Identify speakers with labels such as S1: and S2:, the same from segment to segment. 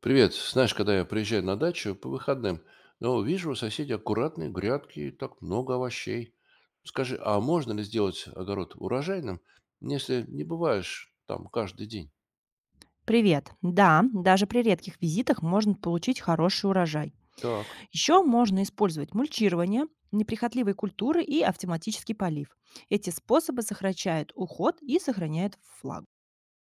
S1: Привет. Знаешь, когда я приезжаю на дачу по выходным, но вижу у соседей аккуратные грядки и так много овощей. Скажи, а можно ли сделать огород урожайным, если не бываешь там каждый день?
S2: Привет. Да, даже при редких визитах можно получить хороший урожай.
S1: Так,
S2: Еще можно использовать мульчирование, неприхотливые культуры и автоматический полив. Эти способы сокращают уход и сохраняют флаг.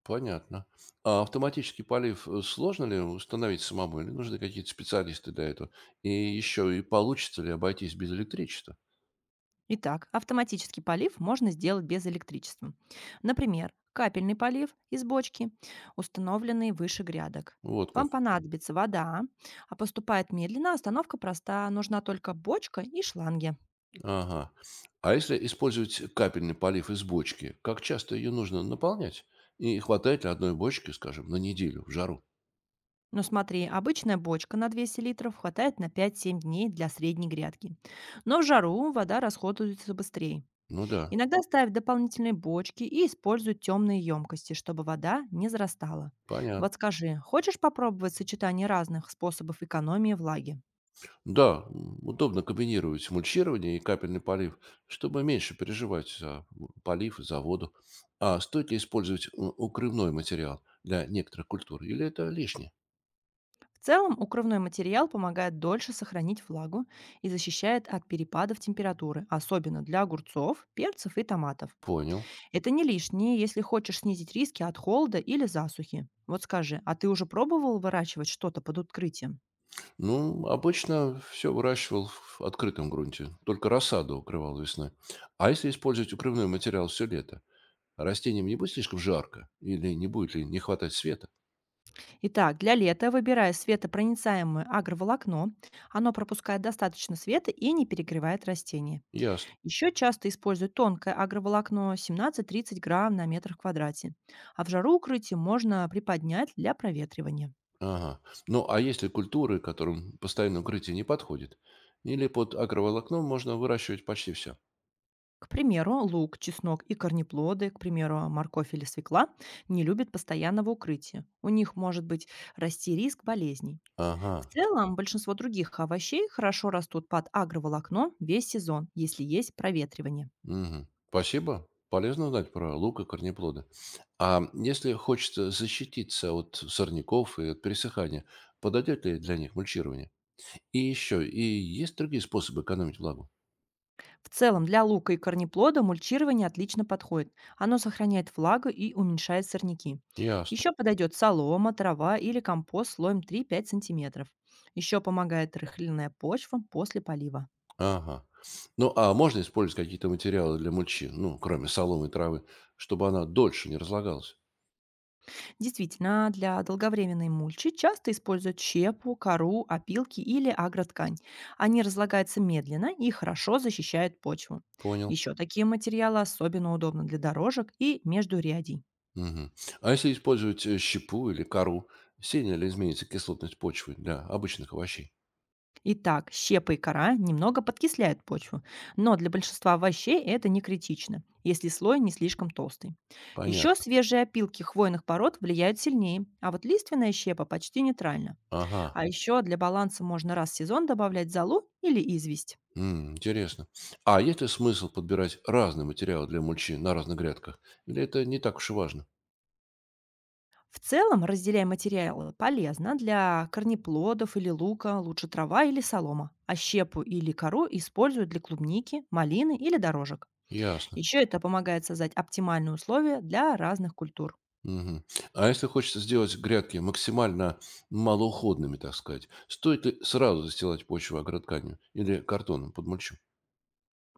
S1: понятно. А автоматический полив сложно ли установить самому, или нужны какие-то специалисты для этого? И еще, и получится ли обойтись без электричества?
S2: Итак, автоматический полив можно сделать без электричества. Например, капельный полив из бочки, установленный выше грядок.
S1: Вот как.
S2: Вам понадобится вода, а поступает медленно, остановка проста, нужна только бочка и шланги.
S1: Ага. А если использовать капельный полив из бочки, как часто ее нужно наполнять? И хватает ли одной бочки, скажем, на неделю в жару?
S2: Но смотри, обычная бочка на 200 литров хватает на 5-7 дней для средней грядки. Но в жару вода расходуется быстрее.
S1: Ну да,
S2: Иногда ставят дополнительные бочки и используют темные емкости, чтобы вода не зарастала.
S1: понятно.
S2: Вот скажи, хочешь попробовать сочетание разных способов экономии влаги?
S1: Да, удобно комбинировать мульчирование и капельный полив, чтобы меньше переживать за полив и за воду. А стоит ли использовать укрывной материал для некоторых культур? Или это лишнее?
S2: В целом, укрывной материал помогает дольше сохранить влагу и защищает от перепадов температуры, особенно для огурцов, перцев и томатов.
S1: Понял.
S2: Это не лишнее, если хочешь снизить риски от холода или засухи. Вот скажи, а ты уже пробовал выращивать что-то под открытием?
S1: Ну, обычно все выращивал в открытом грунте, только рассаду укрывал весной. А если использовать укрывной материал все лето? А растениям не будет слишком жарко? Или не будет ли не хватать света?
S2: Итак, для лета выбирай светопроницаемое агроволокно. Оно пропускает достаточно света и не перегревает растения.
S1: Ясно.
S2: Еще часто используют тонкое агроволокно 17-30 грамм на метр в квадрате. А в жару укрытие можно приподнять для проветривания.
S1: Ага. Ну, а если культуры, которым постоянное укрытие не подходит? Или под агроволокном можно выращивать почти все?
S2: К примеру, лук, чеснок и корнеплоды, к примеру, морковь или свекла, не любят постоянного укрытия. У них может быть расти риск болезней.
S1: Ага.
S2: В целом, большинство других овощей хорошо растут под агроволокно весь сезон, если есть проветривание.
S1: Мгм. Спасибо. Полезно узнать про лук и корнеплоды. А если хочется защититься от сорняков и от пересыхания, подойдет ли для них мульчирование? И еще, и есть другие способы экономить влагу?
S2: В целом, для лука и корнеплода мульчирование отлично подходит. Оно сохраняет влагу и уменьшает сорняки.
S1: Ясно.
S2: Еще подойдет солома, трава или компост слоем 3-5 сантиметров. Еще помогает рыхленная почва после полива.
S1: Ага. Ну, а можно использовать какие-то материалы для мульчи, ну, кроме соломы и травы, чтобы она дольше не разлагалась?
S2: Действительно, для долговременной мульчи часто используют щепу, кору, опилки или агроткань. Они разлагаются медленно и хорошо защищают почву.
S1: Понял.
S2: Еще такие материалы особенно удобны для дорожек и междурядий.
S1: Мгм. А если использовать щепу или кору, сильно ли изменится кислотность почвы для обычных овощей?
S2: Итак, щепа и кора немного подкисляют почву, но для большинства овощей это не критично, если слой не слишком толстый. Еще
S1: Понятно.
S2: свежие опилки хвойных пород влияют сильнее, а вот лиственная щепа почти нейтральна.
S1: Ага.
S2: А еще для баланса можно раз в сезон добавлять золу или известь.
S1: Интересно. А есть ли смысл подбирать разные материалы для мульчи на разных грядках? Или это не так уж и важно?
S2: В целом, разделяя материалы, полезно для корнеплодов или лука, лучше трава или солома, а щепу или кору используют для клубники, малины или дорожек.
S1: Ясно.
S2: Еще это помогает создать оптимальные условия для разных культур.
S1: Мгм. А если хочется сделать грядки максимально малоуходными, так сказать, стоит ли сразу застилать почву агротканью или картоном под мульчу?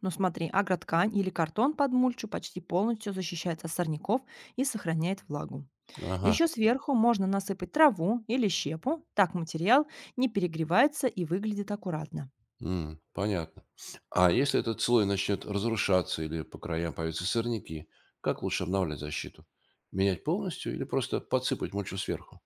S2: Но смотри, агроткань или картон под мульчу почти полностью защищает от сорняков и сохраняет влагу.
S1: Ага,
S2: Еще сверху можно насыпать траву или щепу, так материал не перегревается и выглядит аккуратно.
S1: понятно. А если этот слой начнет разрушаться или по краям появятся сорняки, как лучше обновлять защиту? Менять полностью или просто подсыпать мульчу сверху?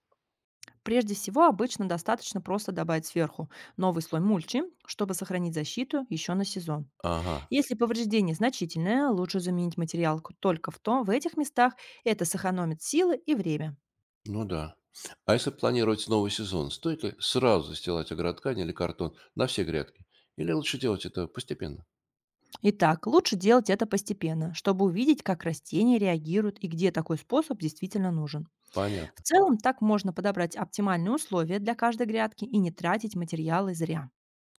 S2: Прежде всего, обычно достаточно просто добавить сверху новый слой мульчи, чтобы сохранить защиту еще на сезон.
S1: Ага,
S2: Если повреждение значительное, лучше заменить материал только в том, в этих местах. Это сэкономит силы и время.
S1: ну да. А если планировать новый сезон, стоит ли сразу застилать агроткань или картон на все грядки? Или лучше делать это постепенно?
S2: Итак, лучше делать это постепенно, чтобы увидеть, как растения реагируют и где такой способ действительно нужен. В
S1: Понятно.
S2: целом, так можно подобрать оптимальные условия для каждой грядки и не тратить материалы зря.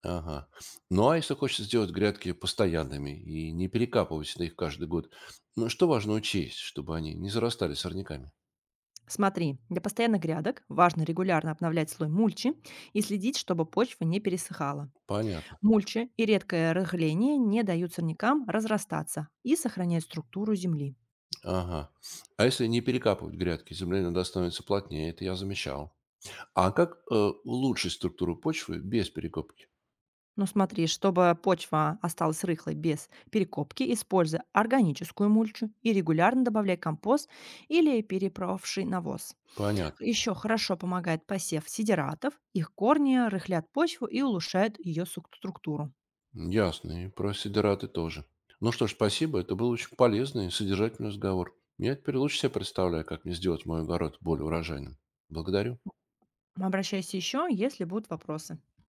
S1: Ага. Ну, а если хочется сделать грядки постоянными и не перекапывать всегда их каждый год, ну, что важно учесть, чтобы они не зарастали сорняками?
S2: Смотри, для постоянных грядок важно регулярно обновлять слой мульчи и следить, чтобы почва не пересыхала.
S1: Понятно.
S2: Мульча и редкое рыхление не дают сорнякам разрастаться и сохраняют структуру земли.
S1: Ага. А если не перекапывать грядки, земля иногда становится плотнее, это я замечал. А как улучшить структуру почвы без перекопки?
S2: Но смотри, чтобы почва осталась рыхлой без перекопки, используй органическую мульчу и регулярно добавляй компост или перепровший навоз.
S1: Понятно.
S2: Еще хорошо помогает посев сидератов, их корни рыхлят почву и улучшают ее структуру.
S1: Ясно. И про сидераты тоже. Ну что ж, спасибо. Это был очень полезный и содержательный разговор. Я теперь лучше себе представляю, как мне сделать мой огород более урожайным. Благодарю.
S2: Обращайся еще, если будут вопросы.